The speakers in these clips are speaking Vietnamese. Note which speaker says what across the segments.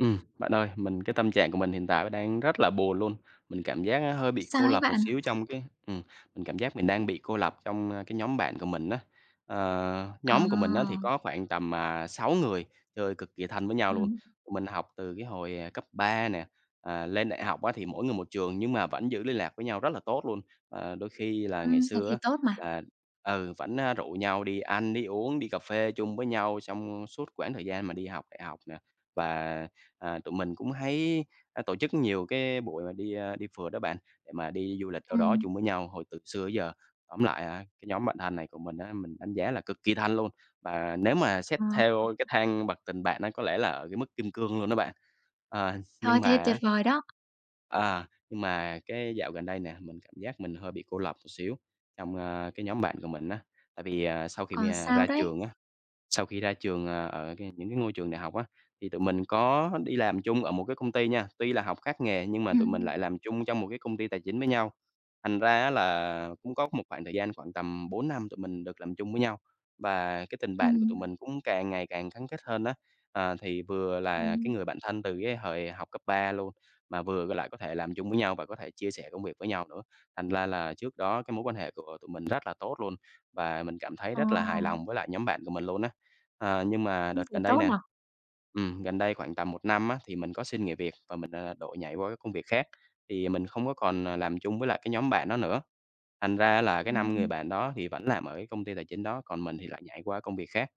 Speaker 1: Bạn ơi, cái tâm trạng của mình hiện tại đang rất là buồn luôn. Mình cảm giác á hơi bị
Speaker 2: Sao
Speaker 1: cô
Speaker 2: ấy
Speaker 1: lập một
Speaker 2: bạn?
Speaker 1: xíu trong cái mình cảm giác mình đang bị cô lập trong, cái nhóm bạn của mình á.
Speaker 2: Ờ,
Speaker 1: Nhóm của mình á thì có khoảng tầm, 6 người, chơi cực kỳ thân với nhau luôn.
Speaker 2: ừm,
Speaker 1: Tụi mình học từ cái hồi, cấp 3 nè, lên đại học á thì mỗi người một trường nhưng mà vẫn giữ liên lạc với nhau rất là tốt luôn. Đôi khi là ngày
Speaker 2: thế
Speaker 1: xưa
Speaker 2: thì
Speaker 1: á
Speaker 2: tốt mà.
Speaker 1: là vẫn, rủ nhau đi ăn, đi uống, đi cà phê chung với nhau trong suốt quãng thời gian mà đi học đại học nè. Và tụi mình cũng hay, tổ chức nhiều cái buổi mà đi phượt đó bạn, để mà đi du lịch đâu
Speaker 2: Ừm,
Speaker 1: đó chung với nhau hồi từ xưa tới giờ. Tóm lại, cái nhóm bạn thân này của mình á, mình đánh giá là cực kỳ thân luôn, và nếu mà xét
Speaker 2: ờ,
Speaker 1: theo cái thang bậc tình bạn nó có lẽ là ở cái mức kim cương luôn đó bạn. Ờ,
Speaker 2: thôi
Speaker 1: nhưng mà
Speaker 2: thế tuyệt
Speaker 1: á
Speaker 2: vời đó.
Speaker 1: Nhưng mà cái dạo gần đây nè, mình cảm giác mình hơi bị cô lập một xíu trong, cái nhóm bạn của mình á. Tại vì,
Speaker 2: Còn sao đấy?
Speaker 1: sau khi ra trường, ở những cái ngôi trường đại học á, thì tụi mình có đi làm chung ở một cái công ty nha. Tuy là học khác nghề nhưng mà tụi mình
Speaker 2: Ừm,
Speaker 1: lại làm chung trong một cái công ty tài chính với nhau. Thành ra á là cũng có một khoảng thời gian khoảng tầm 4 năm tụi mình được làm chung với nhau, và cái tình bạn của tụi
Speaker 2: ừm,
Speaker 1: mình cũng càng ngày càng gắn kết hơn đó. Thì vừa là cái
Speaker 2: ừm,
Speaker 1: người bạn thân từ cái thời học cấp 3 luôn, mà vừa lại có thể làm chung với nhau và có thể chia sẻ công việc với nhau nữa. Thành ra là trước đó cái mối quan hệ của tụi mình rất là tốt luôn, và mình cảm thấy
Speaker 2: ờ,
Speaker 1: rất là hài lòng với lại nhóm bạn của mình luôn á. Nhưng mà đợt
Speaker 2: thế
Speaker 1: gần đây
Speaker 2: tốt
Speaker 1: nè,
Speaker 2: nhỉ?
Speaker 1: gần đây khoảng tầm một năm á, thì mình có xin nghỉ việc và mình, đổi nhảy qua cái công việc khác, thì mình không có còn, làm chung với lại cái nhóm bạn đó nữa. Thành ra là cái 5 người
Speaker 2: Ừm,
Speaker 1: bạn đó thì vẫn làm ở cái công ty tài chính đó, còn mình thì lại nhảy qua công việc khác.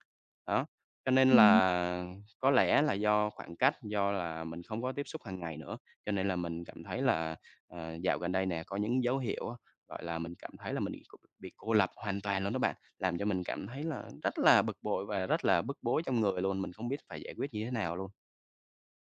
Speaker 1: Đó, cho nên
Speaker 2: ừm.
Speaker 1: là có lẽ là do khoảng cách, do là mình không có tiếp xúc hàng ngày nữa, cho nên là mình cảm thấy là, dạo gần đây nè, có những dấu hiệu á, gọi là, mình cảm thấy là mình bị cô lập hoàn toàn luôn đó bạn, làm cho mình cảm thấy là rất là bực bội và rất là bức bối trong người luôn. Mình không biết phải giải quyết như thế nào luôn.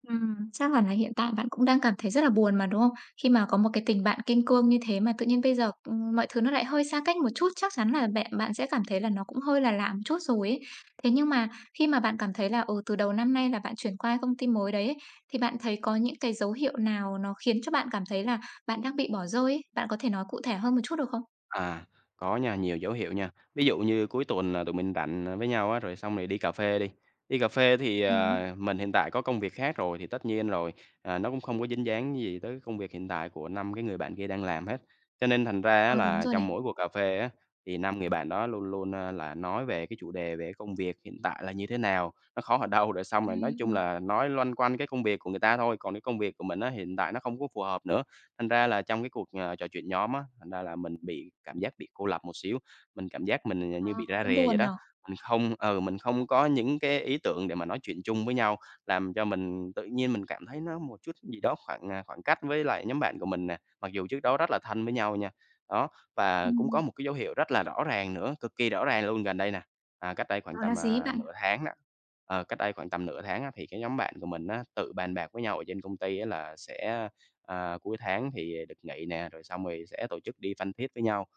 Speaker 2: Chắc hẳn là hiện tại bạn cũng đang cảm thấy rất là buồn mà, đúng không? Khi mà có một cái tình bạn kiên cương như thế mà tự nhiên bây giờ, mọi thứ nó lại hơi xa cách một chút, chắc chắn là bạn bạn sẽ cảm thấy là nó cũng hơi là lạ một chút rồi ấy. Thế nhưng mà khi mà bạn cảm thấy là, từ đầu năm nay là bạn chuyển qua công ty mới đấy ấy, thì bạn thấy có những cái dấu hiệu nào nó khiến cho bạn cảm thấy là bạn đang bị bỏ rơi ấy? Bạn có thể nói cụ thể hơn một chút được không?
Speaker 1: À, có nha, nhiều dấu hiệu nha. Ví dụ như cuối tuần là tụi mình rảnh, với nhau á, rồi xong rồi đi cà phê đi. Đi cà phê thì,
Speaker 2: Ừ,
Speaker 1: mình hiện tại có công việc khác rồi thì tất nhiên rồi, nó cũng không có dính dáng gì tới công việc hiện tại của 5 cái người bạn kia đang làm hết. Cho nên thành ra á
Speaker 2: ờ, đúng
Speaker 1: là
Speaker 2: rồi này.
Speaker 1: trong mỗi cuộc cà phê á, thì 5 người bạn đó luôn luôn, là nói về cái chủ đề về công việc hiện tại là như thế nào, nó khó ở đâu, rồi xong rồi
Speaker 2: Ừm,
Speaker 1: nói chung
Speaker 2: ừm.
Speaker 1: là nói loanh quanh cái công việc của người ta thôi, còn cái công việc của mình á, hiện tại nó không có phù hợp nữa. Thành ra là trong cái cuộc, trò chuyện nhóm á, thành ra là mình bị cảm giác bị cô lập một xíu, mình cảm giác mình, như
Speaker 2: Ờ,
Speaker 1: bị ra
Speaker 2: cũng
Speaker 1: rè vậy
Speaker 2: buồn
Speaker 1: đó.
Speaker 2: nhở?
Speaker 1: Mình không có những cái ý tưởng để mà nói chuyện chung với nhau, làm cho mình tự nhiên mình cảm thấy nó một chút gì đó khoảng cách với lại nhóm bạn của mình nè, mặc dù trước đó rất là thân với nhau nha. Đó, và cũng có
Speaker 2: Ừm.
Speaker 1: một cái dấu hiệu rất là rõ ràng nữa, cực kỳ rõ ràng luôn gần đây nè, à, cách đây khoảng
Speaker 2: Đó là
Speaker 1: tầm,
Speaker 2: gì ấy bạn?
Speaker 1: nửa tháng đó, cách đây khoảng tầm nửa tháng á, thì cái nhóm bạn của mình á, tự bàn bạc với nhau ở trên công ty á là sẽ cuối tháng thì được nghỉ nè, rồi xong rồi sẽ tổ chức đi Phan Thiết với nhau.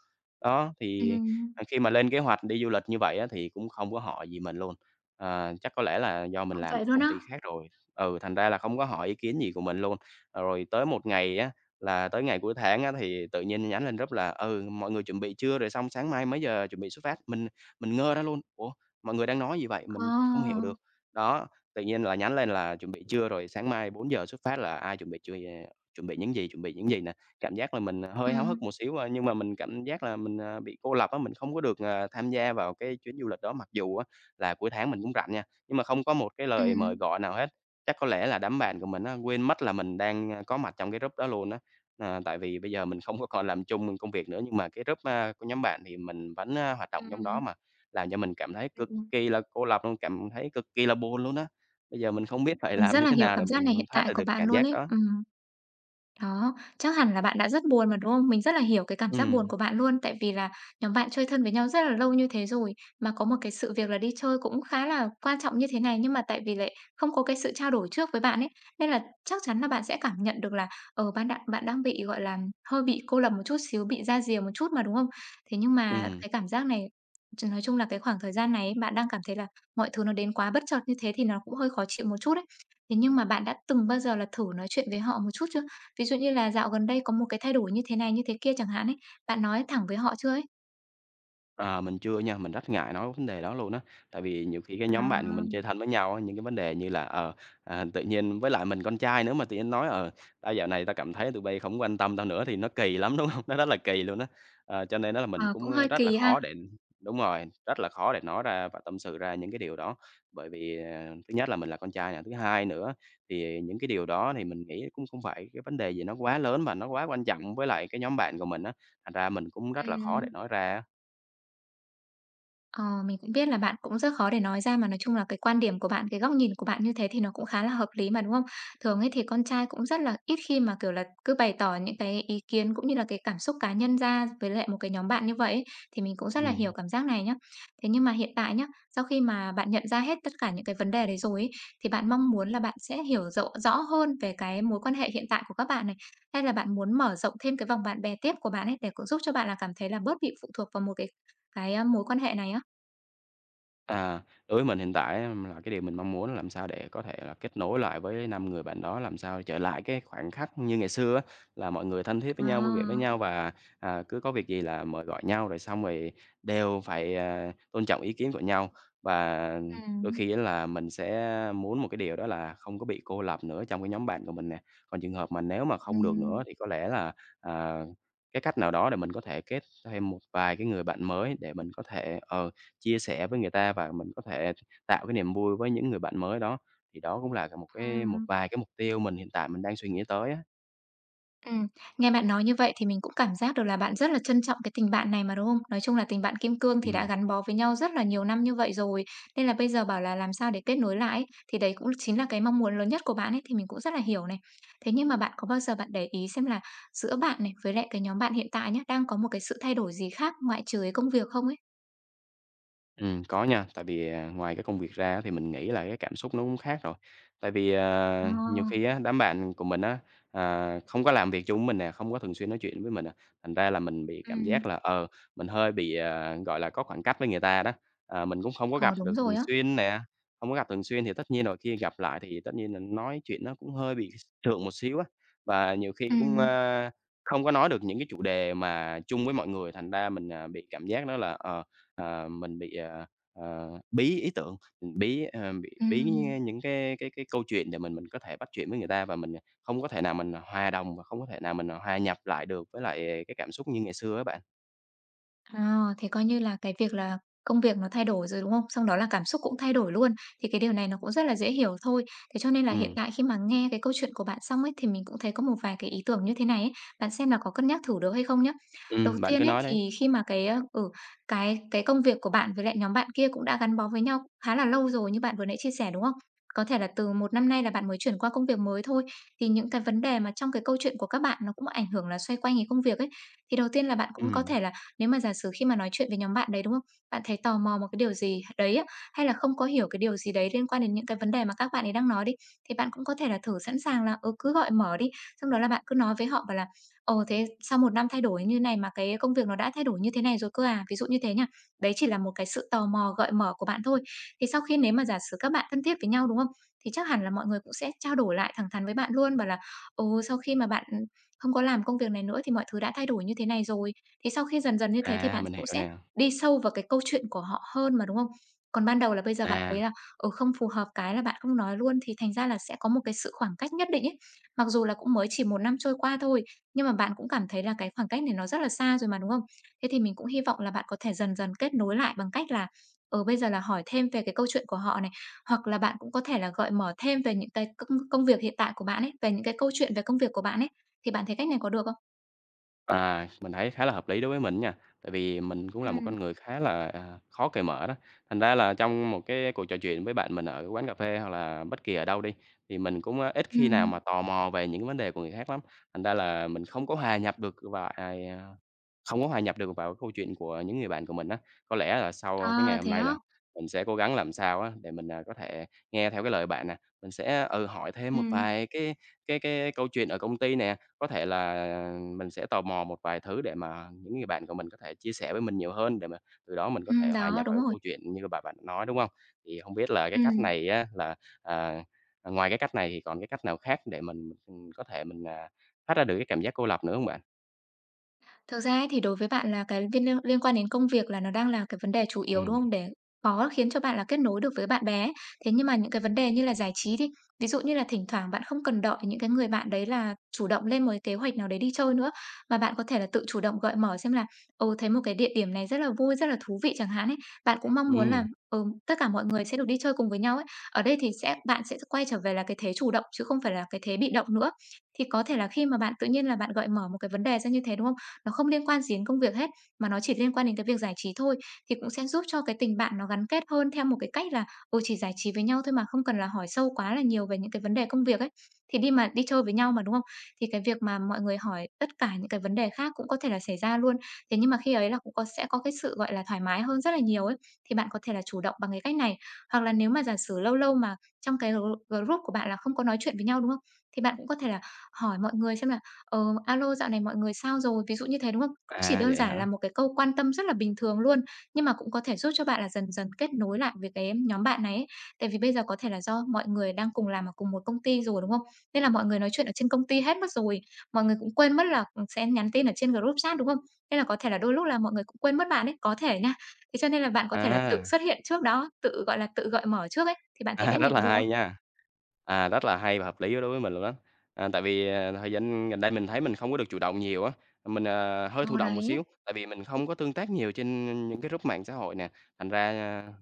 Speaker 1: Đó, thì,
Speaker 2: Ừm.
Speaker 1: khi mà lên kế hoạch đi du lịch như vậy á thì cũng không có hỏi gì mình luôn. Chắc có lẽ là do mình
Speaker 2: Ờ,
Speaker 1: làm
Speaker 2: vậy
Speaker 1: ở
Speaker 2: luôn
Speaker 1: công
Speaker 2: á?
Speaker 1: ty khác rồi, thành ra là không có hỏi ý kiến gì của mình luôn. Rồi tới một ngày á, là tới ngày cuối tháng á thì tự nhiên nhắn lên group là "Ừ, mọi người chuẩn bị chưa? Rồi xong sáng mai mấy giờ chuẩn bị xuất phát?" Mình ngơ ra luôn, "Ủa, mọi người đang nói gì vậy?" Mình không hiểu
Speaker 2: Ờ.
Speaker 1: được. Đó, tự nhiên là nhắn lên là "Chuẩn bị chưa?" Rồi "Sáng mai 4 giờ xuất phát" là "Ai chuẩn bị chưa? Chuẩn bị những gì, chuẩn bị những gì nè." Cảm giác là mình,
Speaker 2: Ừ.
Speaker 1: hơi háo hức một xíu, nhưng mà mình cảm giác là mình, bị cô lập á, mình không có được, tham gia vào cái chuyến du lịch đó. Mặc dù á là cuối tháng mình cũng rảnh nha, nhưng mà không có một cái lời mời
Speaker 2: Ừm,
Speaker 1: gọi nào hết. Chắc có lẽ là đám bạn của mình á, quên mất là mình đang, có mặt trong cái group đó luôn á. Tại vì bây giờ mình không có còn làm chung công việc nữa, nhưng mà cái group, của nhóm bạn thì mình vẫn, hoạt động trong đó
Speaker 2: ừm,
Speaker 1: mà, làm cho mình cảm thấy cực
Speaker 2: ừm.
Speaker 1: kỳ là cô lập luôn, cảm thấy cực kỳ là buồn luôn á. Bây giờ mình không biết phải
Speaker 2: Mình
Speaker 1: làm
Speaker 2: rất
Speaker 1: như
Speaker 2: là
Speaker 1: thế
Speaker 2: hiểu
Speaker 1: nào để
Speaker 2: cảm giác này hiện
Speaker 1: mình thoát
Speaker 2: tại
Speaker 1: ra
Speaker 2: của
Speaker 1: được
Speaker 2: bạn
Speaker 1: cảm
Speaker 2: luôn
Speaker 1: giác
Speaker 2: ấy.
Speaker 1: đó.
Speaker 2: Ừm. Đó, chắc hẳn là bạn đã rất buồn mà, đúng không? Mình rất là hiểu cái cảm giác buồn
Speaker 1: Ừm.
Speaker 2: của bạn luôn, tại vì là nhóm bạn chơi thân với nhau rất là lâu như thế rồi, mà có một cái sự việc là đi chơi cũng khá là quan trọng như thế này, nhưng mà tại vì lại không có cái sự trao đổi trước với bạn ấy, nên là chắc chắn là bạn sẽ cảm nhận được là, ờ, ban đạn bạn đang bị, gọi là, hơi bị cô lập một chút xíu, bị ra rìa một chút mà, đúng không? Thế nhưng mà
Speaker 1: Ừm,
Speaker 2: cái cảm giác này nói chung là cái khoảng thời gian này ấy, bạn đang cảm thấy là mọi thứ nó đến quá bất chợt như thế thì nó cũng hơi khó chịu một chút ấy. Thế nhưng mà bạn đã từng bao giờ là thử nói chuyện với họ một chút chưa? Ví dụ như là dạo gần đây có một cái thay đổi như thế này, như thế kia chẳng hạn ấy, bạn nói thẳng với họ chưa ấy?
Speaker 1: mình chưa nha, mình rất ngại nói vấn đề đó luôn á. Tại vì nhiều khi cái nhóm bạn của mình
Speaker 2: À,
Speaker 1: chơi thân với nhau á, những cái vấn đề như là, tự nhiên với lại mình con trai nữa mà tự nhiên nói, "Tao dạo này tao cảm thấy tụi bay không quan tâm tao nữa" thì nó kỳ lắm, đúng không? Nó rất là kỳ luôn á. Cho nên á là mình
Speaker 2: ờ, cũng hơi
Speaker 1: cũng rất là
Speaker 2: kỳ ha.
Speaker 1: khó để đúng rồi, rất là khó để nói ra và tâm sự ra những cái điều đó. Bởi vì, thứ nhất là mình là con trai nè, thứ hai nữa thì những cái điều đó thì mình nghĩ cũng không phải cái vấn đề gì nó quá lớn và nó quá quan trọng với lại cái nhóm bạn của mình á, thành ra mình cũng rất là khó để
Speaker 2: Ừm.
Speaker 1: nói ra á.
Speaker 2: Ờ, mình cũng biết là bạn cũng rất khó để nói ra mà nói chung là cái quan điểm của bạn, cái góc nhìn của bạn như thế thì nó cũng khá là hợp lý mà, đúng không? Thường ấy thì con trai cũng rất là ít khi mà, kiểu là, cứ bày tỏ những cái ý kiến cũng như là cái cảm xúc cá nhân ra với lại một cái nhóm bạn như vậy ấy, thì mình cũng rất là hiểu
Speaker 1: Ừm,
Speaker 2: cảm giác này nhá. Thế nhưng mà hiện tại nhá, sau khi mà bạn nhận ra hết tất cả những cái vấn đề đấy rồi ấy, thì bạn mong muốn là bạn sẽ hiểu rõ rõ hơn về cái mối quan hệ hiện tại của các bạn này, hay là bạn muốn mở rộng thêm cái vòng bạn bè tiếp của bạn ấy để cũng giúp cho bạn là cảm thấy là bớt bị phụ thuộc vào một cái, mối quan hệ này á?
Speaker 1: à, Đối với mình hiện tại á, là cái điều mình mong muốn là làm sao để có thể là kết nối lại với 5 người bạn đó, làm sao trở lại cái khoảnh khắc như ngày xưa á, là mọi người thân thiết với nhau, vui vẻ với
Speaker 2: À,
Speaker 1: nhau, và cứ có việc gì là mời gọi nhau, rồi xong rồi đều phải, tôn trọng ý kiến của nhau. Và đôi
Speaker 2: ừm,
Speaker 1: khi á là mình sẽ muốn một cái điều đó là không có bị cô lập nữa trong cái nhóm bạn của mình nè. Còn trường hợp mà nếu mà không được nữa
Speaker 2: ừm,
Speaker 1: thì có lẽ là, à, cái cách nào đó để mình có thể kết thêm một vài cái người bạn mới để mình có thể, chia sẻ với người ta, và mình có thể tạo cái niềm vui với những người bạn mới đó. Thì đó cũng là cả một
Speaker 2: ừm,
Speaker 1: vài cái mục tiêu mình hiện tại mình đang suy nghĩ tới á.
Speaker 2: ừm. Nghe bạn nói như vậy thì mình cũng cảm giác được là bạn rất là trân trọng cái tình bạn này mà, đúng không? Nói chung là tình bạn kim cương thì đã
Speaker 1: Ừm.
Speaker 2: gắn bó với nhau rất là nhiều năm như vậy rồi, nên là bây giờ bảo là làm sao để kết nối lại ấy, thì đấy cũng chính là cái mong muốn lớn nhất của bạn ấy, thì mình cũng rất là hiểu này. Thế nhưng mà bạn có bao giờ bạn để ý xem là giữa bạn này với lại cái nhóm bạn hiện tại nhé đang có một cái sự thay đổi gì khác ngoại trừ cái công việc không ấy?
Speaker 1: Có nha, tại vì, ngoài cái công việc ra á thì mình nghĩ là cái cảm xúc nó cũng khác rồi. Tại vì,
Speaker 2: Ờ,
Speaker 1: nhiều khi á, đám bạn của mình á, không có làm việc chung với mình nè, không có thường xuyên nói chuyện với mình à, thành ra là mình bị cảm giác
Speaker 2: ừm,
Speaker 1: là, mình hơi bị, gọi là, có khoảng cách với người ta đó. Mình cũng không có
Speaker 2: ờ,
Speaker 1: gặp
Speaker 2: đúng
Speaker 1: được
Speaker 2: rồi
Speaker 1: thường
Speaker 2: á.
Speaker 1: xuyên nè, không có gặp thường xuyên thì tất nhiên rồi khi gặp lại thì tất nhiên là nói chuyện nó cũng hơi bị sượng một xíu á, và nhiều khi cũng,
Speaker 2: Ừm,
Speaker 1: a, không có nói được những cái chủ đề mà chung với mọi người, thành ra mình, bị cảm giác đó là, mình bị, bí ý tưởng, mình bí, bị bí
Speaker 2: ừm.
Speaker 1: những cái câu chuyện để mình có thể bắt chuyện với người ta và mình không có thể nào mình hòa đồng và không có thể nào mình hòa nhập lại được với lại cái cảm xúc như ngày xưa á bạn.
Speaker 2: À, thế coi như là cái việc là công việc nó thay đổi rồi, đúng không? Xong đó là cảm xúc cũng thay đổi luôn, thì cái điều này nó cũng rất là dễ hiểu thôi. Thế cho nên là hiện
Speaker 1: Ừ,
Speaker 2: tại khi mà nghe cái câu chuyện của bạn xong ấy, thì mình cũng thấy có một vài cái ý tưởng như thế này ấy, bạn xem là có cân nhắc thử được hay không nhé. Đầu
Speaker 1: bạn
Speaker 2: tiên
Speaker 1: cứ
Speaker 2: ấy,
Speaker 1: nói
Speaker 2: thì
Speaker 1: đấy.
Speaker 2: khi mà cái, ơ, ừ, cái công việc của bạn với lại nhóm bạn kia cũng đã gắn bó với nhau khá là lâu rồi như bạn vừa nãy chia sẻ, đúng không? Có thể là từ một năm nay là bạn mới chuyển qua công việc mới thôi, thì những cái vấn đề mà trong cái câu chuyện của các bạn nó cũng ảnh hưởng là xoay quanh cái công việc ấy. Thì đầu tiên là bạn cũng có
Speaker 1: Ừ,
Speaker 2: thể là nếu mà giả sử khi mà nói chuyện với nhóm bạn đấy, đúng không? Bạn thấy tò mò một cái điều gì đấy á, hay là không có hiểu cái điều gì đấy liên quan đến những cái vấn đề mà các bạn ấy đang nói đi, thì bạn cũng có thể là thử sẵn sàng là, cứ gọi mở đi, xong đó là bạn cứ nói với họ bảo là "Ồ, thế sau một năm thay đổi như này mà cái công việc nó đã thay đổi như thế này rồi cơ à?" Ví dụ như thế nha. Đấy chỉ là một cái sự tò mò gợi mở của bạn thôi. Thì sau khi nếu mà giả sử các bạn thân thiết với nhau, đúng không? Thì chắc hẳn là mọi người cũng sẽ trao đổi lại thẳng thắn với bạn luôn, bảo là "Ừ, sau khi mà bạn, không có làm công việc này nữa thì mọi thứ đã thay đổi như thế này rồi." Thế sau khi dần dần như thế thì bạn
Speaker 1: mình
Speaker 2: cũng
Speaker 1: hiểu
Speaker 2: sẽ
Speaker 1: nè.
Speaker 2: đi sâu vào cái câu chuyện của họ hơn mà, đúng không? Còn ban đầu là bây giờ bạn
Speaker 1: À.
Speaker 2: thấy là, không phù hợp cái là bạn không nói luôn thì thành ra là sẽ có một cái sự khoảng cách nhất định ấy. Mặc dù là cũng mới chỉ một năm trôi qua thôi, nhưng mà bạn cũng cảm thấy là cái khoảng cách này nó rất là xa rồi mà, đúng không? Thế thì mình cũng hy vọng là bạn có thể dần dần kết nối lại bằng cách là, ở bây giờ là hỏi thêm về cái câu chuyện của họ này, hoặc là bạn cũng có thể là gợi mở thêm về những cái công công việc hiện tại của bạn ấy, về những cái câu chuyện về công việc của bạn ấy, thì bạn thấy cách này có được không?
Speaker 1: À, mình thấy khá là hợp lý đối với mình nha, tại vì mình cũng là một
Speaker 2: Ừm.
Speaker 1: con người khá là, khó cởi mở đó. Thành ra là trong một cái cuộc trò chuyện với bạn mình ở quán cà phê hoặc là bất kỳ ở đâu đi, thì mình cũng ít khi nào
Speaker 2: Ừm.
Speaker 1: mà tò mò về những vấn đề của người khác lắm, thành ra là mình không có hòa nhập được vào, không có hòa nhập được vào câu chuyện của những người bạn của mình á. Có lẽ là sau cái ngày
Speaker 2: À,
Speaker 1: hôm
Speaker 2: thế
Speaker 1: nay
Speaker 2: á?
Speaker 1: là mình sẽ cố gắng làm sao á để mình, có thể nghe theo cái lời bạn nè, mình sẽ, ừ, hỏi thêm
Speaker 2: Ừ,
Speaker 1: một vài cái cái câu chuyện ở công ty nè, có thể là mình sẽ tò mò một vài thứ để mà những người bạn của mình có thể chia sẻ với mình nhiều hơn, để mà từ đó mình có
Speaker 2: ừ,
Speaker 1: thể hòa
Speaker 2: đó,
Speaker 1: nhập
Speaker 2: đúng
Speaker 1: vào cái
Speaker 2: rồi.
Speaker 1: câu chuyện như bà bạn nói, đúng không? Thì không biết là cái
Speaker 2: Ừ.
Speaker 1: cách này á là, à, ngoài cái cách này thì còn cái cách nào khác để mình, có thể mình, thoát ra được cái cảm giác cô lập nữa không bạn?
Speaker 2: Thực ra ấy thì đối với bạn là cái viên liên liên quan đến công việc là nó đang là cái vấn đề chủ
Speaker 1: Ừ,
Speaker 2: yếu, đúng không? Để khó khiến cho bạn là kết nối được với bạn bè ấy. Thế nhưng mà những cái vấn đề như là giải trí đi, ví dụ như là thỉnh thoảng bạn không cần đợi những cái người bạn đấy là chủ động lên một cái kế hoạch nào đấy đi chơi nữa, mà bạn có thể là tự chủ động gợi mở xem là, thấy một cái địa điểm này rất là vui, rất là thú vị chẳng hạn ấy. Bạn cũng mong muốn là,
Speaker 1: ừm,
Speaker 2: tất cả mọi người sẽ được đi chơi cùng với nhau ấy. Ở đây thì bạn sẽ quay trở về là cái thế chủ động chứ không phải là cái thế bị động nữa. Thì có thể là khi mà bạn tự nhiên là bạn gợi mở một cái vấn đề ra như thế, đúng không? Nó không liên quan gì đến công việc hết, mà nó chỉ liên quan đến cái việc giải trí thôi, thì cũng sẽ giúp cho cái tình bạn nó gắn kết hơn theo một cái cách là, chỉ giải trí với nhau thôi mà không cần là hỏi sâu quá là nhiều về những cái vấn đề công việc ấy. Thì đi mà đi chơi với nhau mà, đúng không? Thì cái việc mà mọi người hỏi tất cả những cái vấn đề khác cũng có thể là xảy ra luôn. Thế nhưng mà khi ấy là cũng có sẽ có cái sự, gọi là, thoải mái hơn rất là nhiều ấy, thì bạn có thể là chủ động bằng cái cách này. Hoặc là nếu mà giả sử lâu lâu mà trong cái group của bạn là không có nói chuyện với nhau, đúng không? Thì bạn cũng có thể là hỏi mọi người xem là "Alo, dạo này mọi người sao rồi?" Ví dụ như thế, đúng không? Cũng chỉ
Speaker 1: à,
Speaker 2: đơn
Speaker 1: vậy
Speaker 2: giản là
Speaker 1: hả?
Speaker 2: một cái câu quan tâm rất là bình thường luôn, nhưng mà cũng có thể giúp cho bạn là dần dần kết nối lại với cái nhóm bạn này ấy. Tại vì bây giờ có thể là do mọi người đang cùng làm ở cùng một công ty rồi, đúng không? Nên là mọi người nói chuyện ở trên công ty hết mất rồi, mọi người cũng quên mất là, sẽ nhắn tin ở trên group chat, đúng không? Nên là có thể là đôi lúc là mọi người cũng quên mất bạn ấy, có thể nha. Thế cho nên là bạn có thể là tự
Speaker 1: À.
Speaker 2: xuất hiện trước đó, tự, gọi là, tự gợi mở trước ấy, thì bạn thấy
Speaker 1: À,
Speaker 2: cách này
Speaker 1: rất là
Speaker 2: có được không?
Speaker 1: hay nha. À, rất là hay và hợp lý đối với mình luôn đó. À, tại vì, thời gian gần đây mình thấy mình không có được chủ động nhiều á, mình, hơi thụ
Speaker 2: Ờ,
Speaker 1: động một
Speaker 2: đấy,
Speaker 1: xíu, tại vì mình không có tương tác nhiều trên những cái group mạng xã hội nè, thành ra,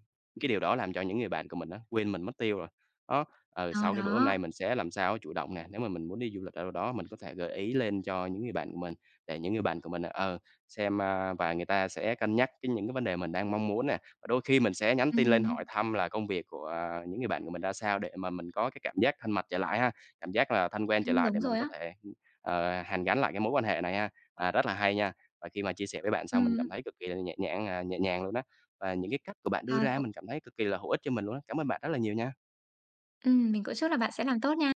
Speaker 1: cái điều đó làm cho những người bạn của mình á, quên mình mất tiêu rồi. Đó, ừ,
Speaker 2: ờ,
Speaker 1: sau cái bữa hôm nay
Speaker 2: đó,
Speaker 1: mình sẽ làm sao chủ động nè, nếu mà mình muốn đi du lịch ở đâu đó mình có thể gợi ý lên cho những người bạn của mình, để những người bạn của mình, ờ, xem, và người ta sẽ cân nhắc cái những cái vấn đề mình đang mong muốn nè. Và đôi khi mình sẽ nhắn tin lên
Speaker 2: ừm,
Speaker 1: hỏi thăm là công việc của, những người bạn của mình ra sao để mà mình có cái cảm giác thân mật trở lại ha, cảm giác là thân quen trở lại
Speaker 2: đúng
Speaker 1: để mình
Speaker 2: rồi
Speaker 1: có
Speaker 2: á,
Speaker 1: thể, ờ, hàn gắn lại cái mối quan hệ này ha. À, rất là hay nha, và khi mà chia sẻ với bạn xong mình
Speaker 2: ừm.
Speaker 1: cảm thấy cực kỳ là nhẹ nhàng à, nhẹ nhàng luôn đó. Và những cái cách của bạn đưa
Speaker 2: À,
Speaker 1: ra
Speaker 2: cũng
Speaker 1: mình cảm thấy cực kỳ là hữu ích cho mình luôn á. Cảm ơn bạn rất là nhiều nha.
Speaker 2: mình cũng chúc là bạn sẽ làm tốt nha.